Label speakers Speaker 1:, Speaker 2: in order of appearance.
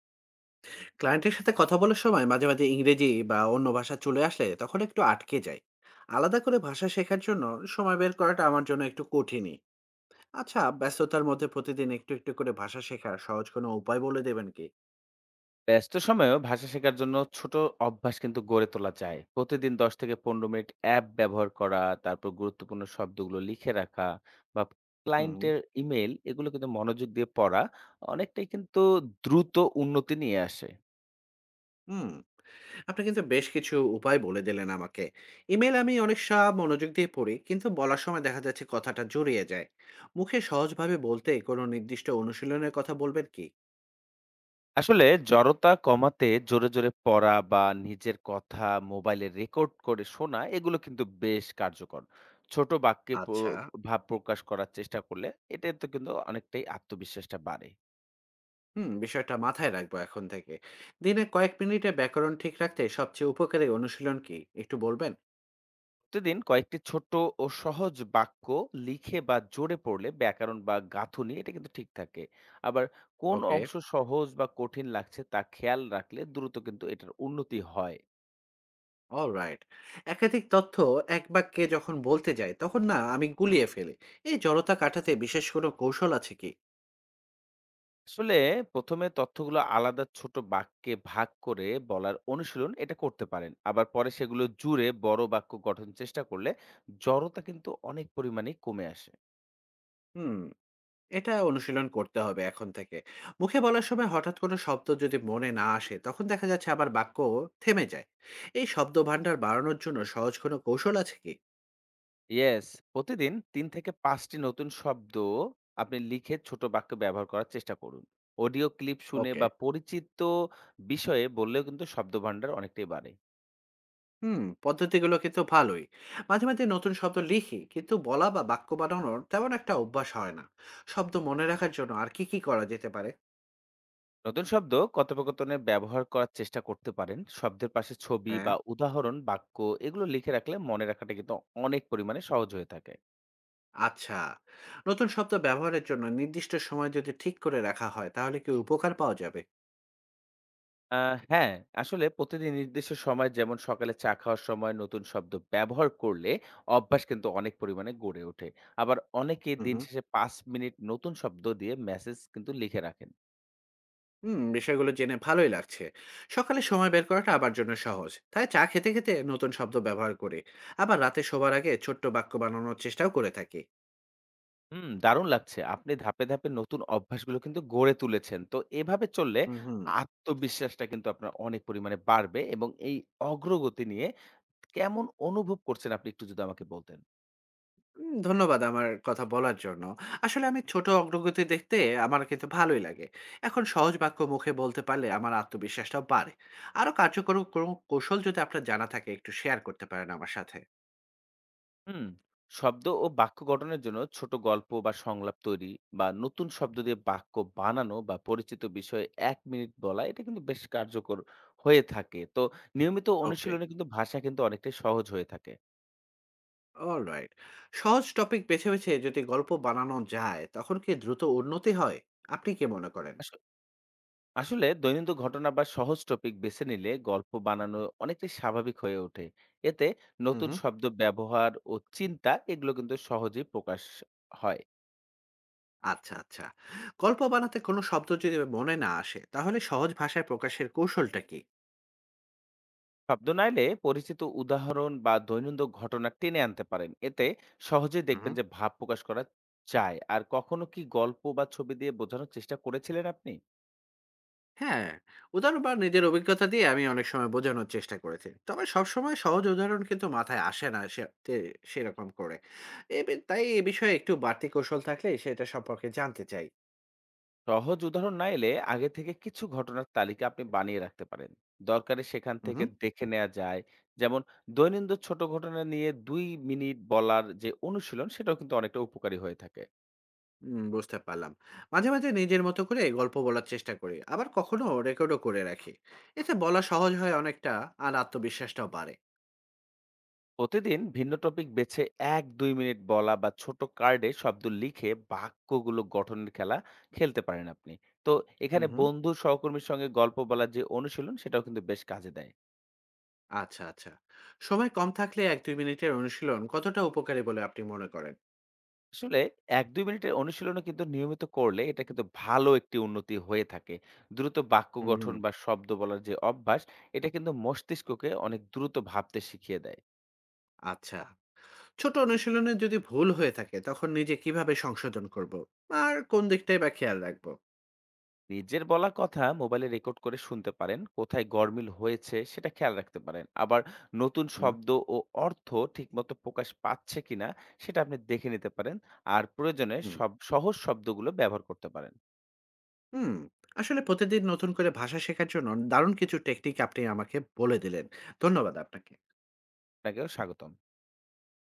Speaker 1: ক্লায়েন্টের সাথে কথা বলার সময় মাঝে মাঝে ইংরেজি বা অন্য ভাষা চলে আসলে তখন একটু আটকে যায়। আলাদা করে ভাষা শেখার জন্য সময় বের করাটা আমার জন্য একটু কঠিনই। আচ্ছা, ব্যস্ততার মধ্যে প্রতিদিন একটু একটু করে ভাষা শেখার সহজ কোনো উপায় বলে দেবেন কি?
Speaker 2: ব্যস্ত সময়েও ভাষা শেখার জন্য ছোট অভ্যাস কিন্তু গড়ে তোলা যায়। প্রতিদিন ১০ থেকে ১৫ মিনিট অ্যাপ ব্যবহার করা, তারপর গুরুত্বপূর্ণ শব্দগুলো লিখে রাখা বা
Speaker 1: হুম।
Speaker 2: ক্লায়েন্টের ইমেল এগুলো কিন্তু মনোযোগ দিয়ে পড়া অনেকটাই কিন্তু দ্রুত উন্নতি নিয়ে আসে।
Speaker 1: হুম। আপনি কিন্তু বেশ কিছু উপায় বলে দিলেন আমাকে। ইমেল আমি অনেক সব মনোযোগ দিয়ে পড়ি, কিন্তু বলার সময় দেখা যাচ্ছে কথাটা জড়িয়ে যায়। মুখে সহজভাবে বলতে কোনো নির্দিষ্ট অনুশীলনের কথা বলবেন কি?
Speaker 2: আসলে জড়তা কমাতে জোরে জোরে পড়া বা নিজের কথা মোবাইলে রেকর্ড করে শোনা এগুলো কিন্তু বেশ কার্যকর। ছোট বাক্যে
Speaker 1: আচ্ছা।
Speaker 2: ভাব প্রকাশ করার চেষ্টা করলে এটাতে কিন্তু অনেকটাই আত্মবিশ্বাসটা বাড়ে।
Speaker 1: হুম, বিষয়টা মাথায় রাখবো এখন থেকে। দিনে কয়েক মিনিটে ব্যাকরণ ঠিক রাখতে সবচেয়ে উপকারী অনুশীলন কি? একটু বলবেন?
Speaker 2: প্রতিদিন কয়েকটি ছোট্ট ও সহজ বাক্য লিখে বা জোরে পড়লে ব্যাকরণ বা গাঁথুনি এটা কিন্তু ঠিক থাকে। আবার কোন
Speaker 1: ওকে,
Speaker 2: অংশ সহজ বা কঠিন লাগছে তা খেয়াল রাখলে দ্রুত কিন্তু এটার উন্নতি হয়।
Speaker 1: অলরাইট। একাধিক তথ্য এক বাক্যে যখন বলতে যাই, তখন না আমি গুলিয়ে ফেলি। এই জড়তা কাটাতে বিশেষ কোনো কৌশল আছে কি?
Speaker 2: আসলে প্রথমে তথ্যগুলো আলাদা ছোট বাক্যে ভাগ করে বলার অনুশীলন এটা করতে পারেন, আবার পরে সেগুলো জুড়ে বড় বাক্য গঠন চেষ্টা করলে জড়তা কিন্তু অনেক পরিমাণে কমে আসে।
Speaker 1: হুম, এটা অনুশীলন করতে হবে এখন থেকে। মুখে বলার সময় হঠাৎ কোনো শব্দ যদি মনে না আসে, তখন দেখা যাচ্ছে আমার বাক্য থেমে যায়। এই শব্দভান্ডার বাড়ানোর জন্য সহজ কোনো কৌশল আছে কি?
Speaker 2: ইয়েস, প্রতিদিন ৩ থেকে ৫ টি নতুন শব্দ আপনি লিখে ছোট বাক্য ব্যবহার করার চেষ্টা করুন। অডিও ক্লিপ শুনে
Speaker 1: ওকে।
Speaker 2: বা পরিচিত বিষয়ে বললেও কিন্তু শব্দভান্ডার অনেকটাই বাড়ে।
Speaker 1: হুম, পদ্ধতিগুলো কিন্তু ভালোই। মাঝে মাঝে নতুন শব্দ লিখি, কিন্তু বলা বা বাক্য বানানোর তেমন একটা অভ্যাস হয় না। শব্দ মনে রাখার জন্য আর কি কি করা যেতে পারে?
Speaker 2: নতুন শব্দ কথোপকথনে ব্যবহার করার চেষ্টা করতে পারেন। শব্দের পাশে ছবি
Speaker 1: হ্যাঁ।
Speaker 2: বা উদাহরণ বাক্য এগুলো লিখে রাখলে মনে রাখাটা কিন্তু অনেক পরিমাণে সহজ হয়ে থাকে।
Speaker 1: আচ্ছা, নতুন শব্দ ব্যবহারের জন্য নির্দিষ্ট সময় যদি ঠিক করে রাখা হয় তাহলে কি উপকার পাওয়া যাবে?
Speaker 2: আ হ্যাঁ, আসলে প্রতিদিন নির্দিষ্ট সময়, যেমন সকালে চা খাওয়ার সময় নতুন শব্দ ব্যবহার করলে অভ্যাস কিন্তু অনেক পরিমাণে গড়ে ওঠে। আবার অনেকে
Speaker 1: হুম,
Speaker 2: দিন
Speaker 1: হুম।
Speaker 2: শেষে ৫ মিনিট নতুন শব্দ দিয়ে মেসেজ কিন্তু লিখে রাখেন।
Speaker 1: হুম, বিষয়গুলো জেনে ভালোই লাগছে। সকালে সময় বের করাটা আমার জন্য সহজ, তাই চা খেতে খেতে নতুন শব্দ ব্যবহার করি। আবার রাতে শোবার আগে ছোট্ট বাক্য বানানোর চেষ্টাও করে থাকি।
Speaker 2: হুম, দারুণ লাগছে। আপনি ধাপে, ধাপে নতুন অভ্যাসগুলো কিন্তু গড়ে তুলেছেন। তো এভাবে চললে
Speaker 1: হুম, হুম।
Speaker 2: আত্মবিশ্বাসটা কিন্তু আপনার অনেক পরিমাণে বাড়বে, এবং এই অগ্রগতি নিয়ে কেমন অনুভব করছেন আপনি একটু যদি আমাকে বলতেন?
Speaker 1: ধন্যবাদ আমার কথা বলার জন্য। আসলে আমি ছোট অগ্রগতি দেখতে আমার কিন্তু ভালোই লাগে। এখন সহজ বাক্য মুখে বলতে পারলে আমার আত্মবিশ্বাসটাও বাড়ে। আরো কার্যকর কোনো কৌশল যদি আপনার জানা থাকে একটু শেয়ার করতে পারেন আমার সাথে।
Speaker 2: হুম, শব্দ ও বাক্য গঠনের জন্য ছোট গল্প বা সংলাপ তৈরি, বা নতুন শব্দ দিয়ে বাক্য বানানো, বা পরিচিত বিষয়ে ১ মিনিট বলা এটা কিন্তু বেশ কার্যকর হয়ে থাকে। তো নিয়মিত
Speaker 1: ওকে,
Speaker 2: অনুশীলনে কিন্তু ভাষা কিন্তু অনেকটাই সহজ হয়ে থাকে।
Speaker 1: অলরাইট। সহজ টপিক বেছে বেছে যদি গল্প বানানো যায় তখন কি দ্রুত উন্নতি হয়? আপনি কি মনে করেন?
Speaker 2: আস- আসলে দৈনন্দিন ঘটনা বা সহজ টপিক বেছে নিলে গল্প বানানো অনেকটাই স্বাভাবিক হয়ে ওঠে। এতে
Speaker 1: হুম,
Speaker 2: নতুন
Speaker 1: হুম।
Speaker 2: শব্দ ব্যবহার ও চিন্তা এগুলো কিন্তু সহজেই প্রকাশ হয়।
Speaker 1: আচ্ছা, আচ্ছা। গল্প বানাতে কোনো শব্দ যদি মনে না আসে তাহলে সহজ ভাষায় প্রকাশের কৌশলটা কি?
Speaker 2: শব্দ না এলে পরিচিত উদাহরণ বা দৈনন্দিন ঘটনা টেনে আনতে পারেন, এতে সহজে
Speaker 1: হুম।
Speaker 2: দেখবেন যে ভাব প্রকাশ করা যায়। আর কখনো কি গল্প বা ছবি দিয়ে বোঝানোর চেষ্টা করেছিলেন আপনি?
Speaker 1: হ্যাঁ, উদাহরণ বা নিজের অভিজ্ঞতা দিয়ে আমি অনেক সময় বোঝানোর চেষ্টা করেছি। তবে সবসময় সহজ উদাহরণ কিন্তু মাথায় আসে না সে তে সেরকম করে। তাই এ বিষয়ে একটু বাড়তি কৌশল থাকলে সেটা সম্পর্কে জানতে চাই।
Speaker 2: সহজ উদাহরণ না এলে আগে থেকে কিছু ঘটনার তালিকা আপনি বানিয়ে রাখতে পারেন, দরকারে সেখান
Speaker 1: উহু।
Speaker 2: থেকে দেখে নেওয়া যায়। যেমন দৈনন্দিন ছোট ঘটনা নিয়ে ২ মিনিট বলার যে অনুশীলন, সেটাও কিন্তু অনেকটা উপকারী হয়ে থাকে।
Speaker 1: বুঝতে পারলাম। মাঝে মাঝে নিজের মতো করে গল্প বলার চেষ্টা করি। আবার কখনো রেকর্ডও করে রাখি। এতে বলা সহজ হয় অনেকটা, আর আত্মবিশ্বাসটাও বাড়ে।
Speaker 2: প্রতিদিন ভিন্ন টপিক বেছে ১-২ মিনিট বলা, বা ছোট কার্ডে শব্দ লিখে বাক্যগুলো গঠনের খেলা খেলতে পারেন আপনি। তো এখানে
Speaker 1: উহু।
Speaker 2: বন্ধু সহকর্মীর সঙ্গে গল্প বলার যে অনুশীলন, সেটাও কিন্তু বেশ কাজে দেয়।
Speaker 1: আচ্ছা, আচ্ছা। সময় কম থাকলে ১-২ মিনিটের অনুশীলন কতটা উপকারী বলে আপনি মনে করেন?
Speaker 2: আসলে ১-২ মিনিটের অনুশীলনও কিন্তু নিয়মিত করলে এটা কিন্তু ভালো একটি উন্নতি হয়ে থাকে। দ্রুত বাক্য
Speaker 1: উহু।
Speaker 2: গঠন বা শব্দ বলার যে অভ্যাস, এটা কিন্তু মস্তিষ্ককে অনেক দ্রুত ভাবতে শিখিয়ে দেয়।
Speaker 1: আচ্ছা। ছোট অনুশীলনে যদি ভুল হয়ে থাকে তখন নিজে কিভাবে সংশোধন করব, আর কোন দিকটাই বা খেয়াল রাখবো?
Speaker 2: নিজের বলা কথা মোবাইলে রেকর্ড করে শুনতে পারেন, কোথায় গরমিল হয়েছে সেটা খেয়াল রাখতে পারেন। আবার নতুন
Speaker 1: হুম।
Speaker 2: শব্দ ও অর্থ ঠিকমতো প্রকাশ পাচ্ছে কিনা সেটা আপনি দেখে নিতে পারেন। আর প্রয়োজনে
Speaker 1: হুম।
Speaker 2: সব সহজ শব্দগুলো ব্যবহার করতে পারেন।
Speaker 1: হুম, আসলে প্রতিদিন নতুন করে ভাষা শেখার জন্য দারুণ কিছু টেকনিক আপনি আমাকে বলে দিলেন। ধন্যবাদ আপনাকে।
Speaker 2: আপনাকেও স্বাগতম।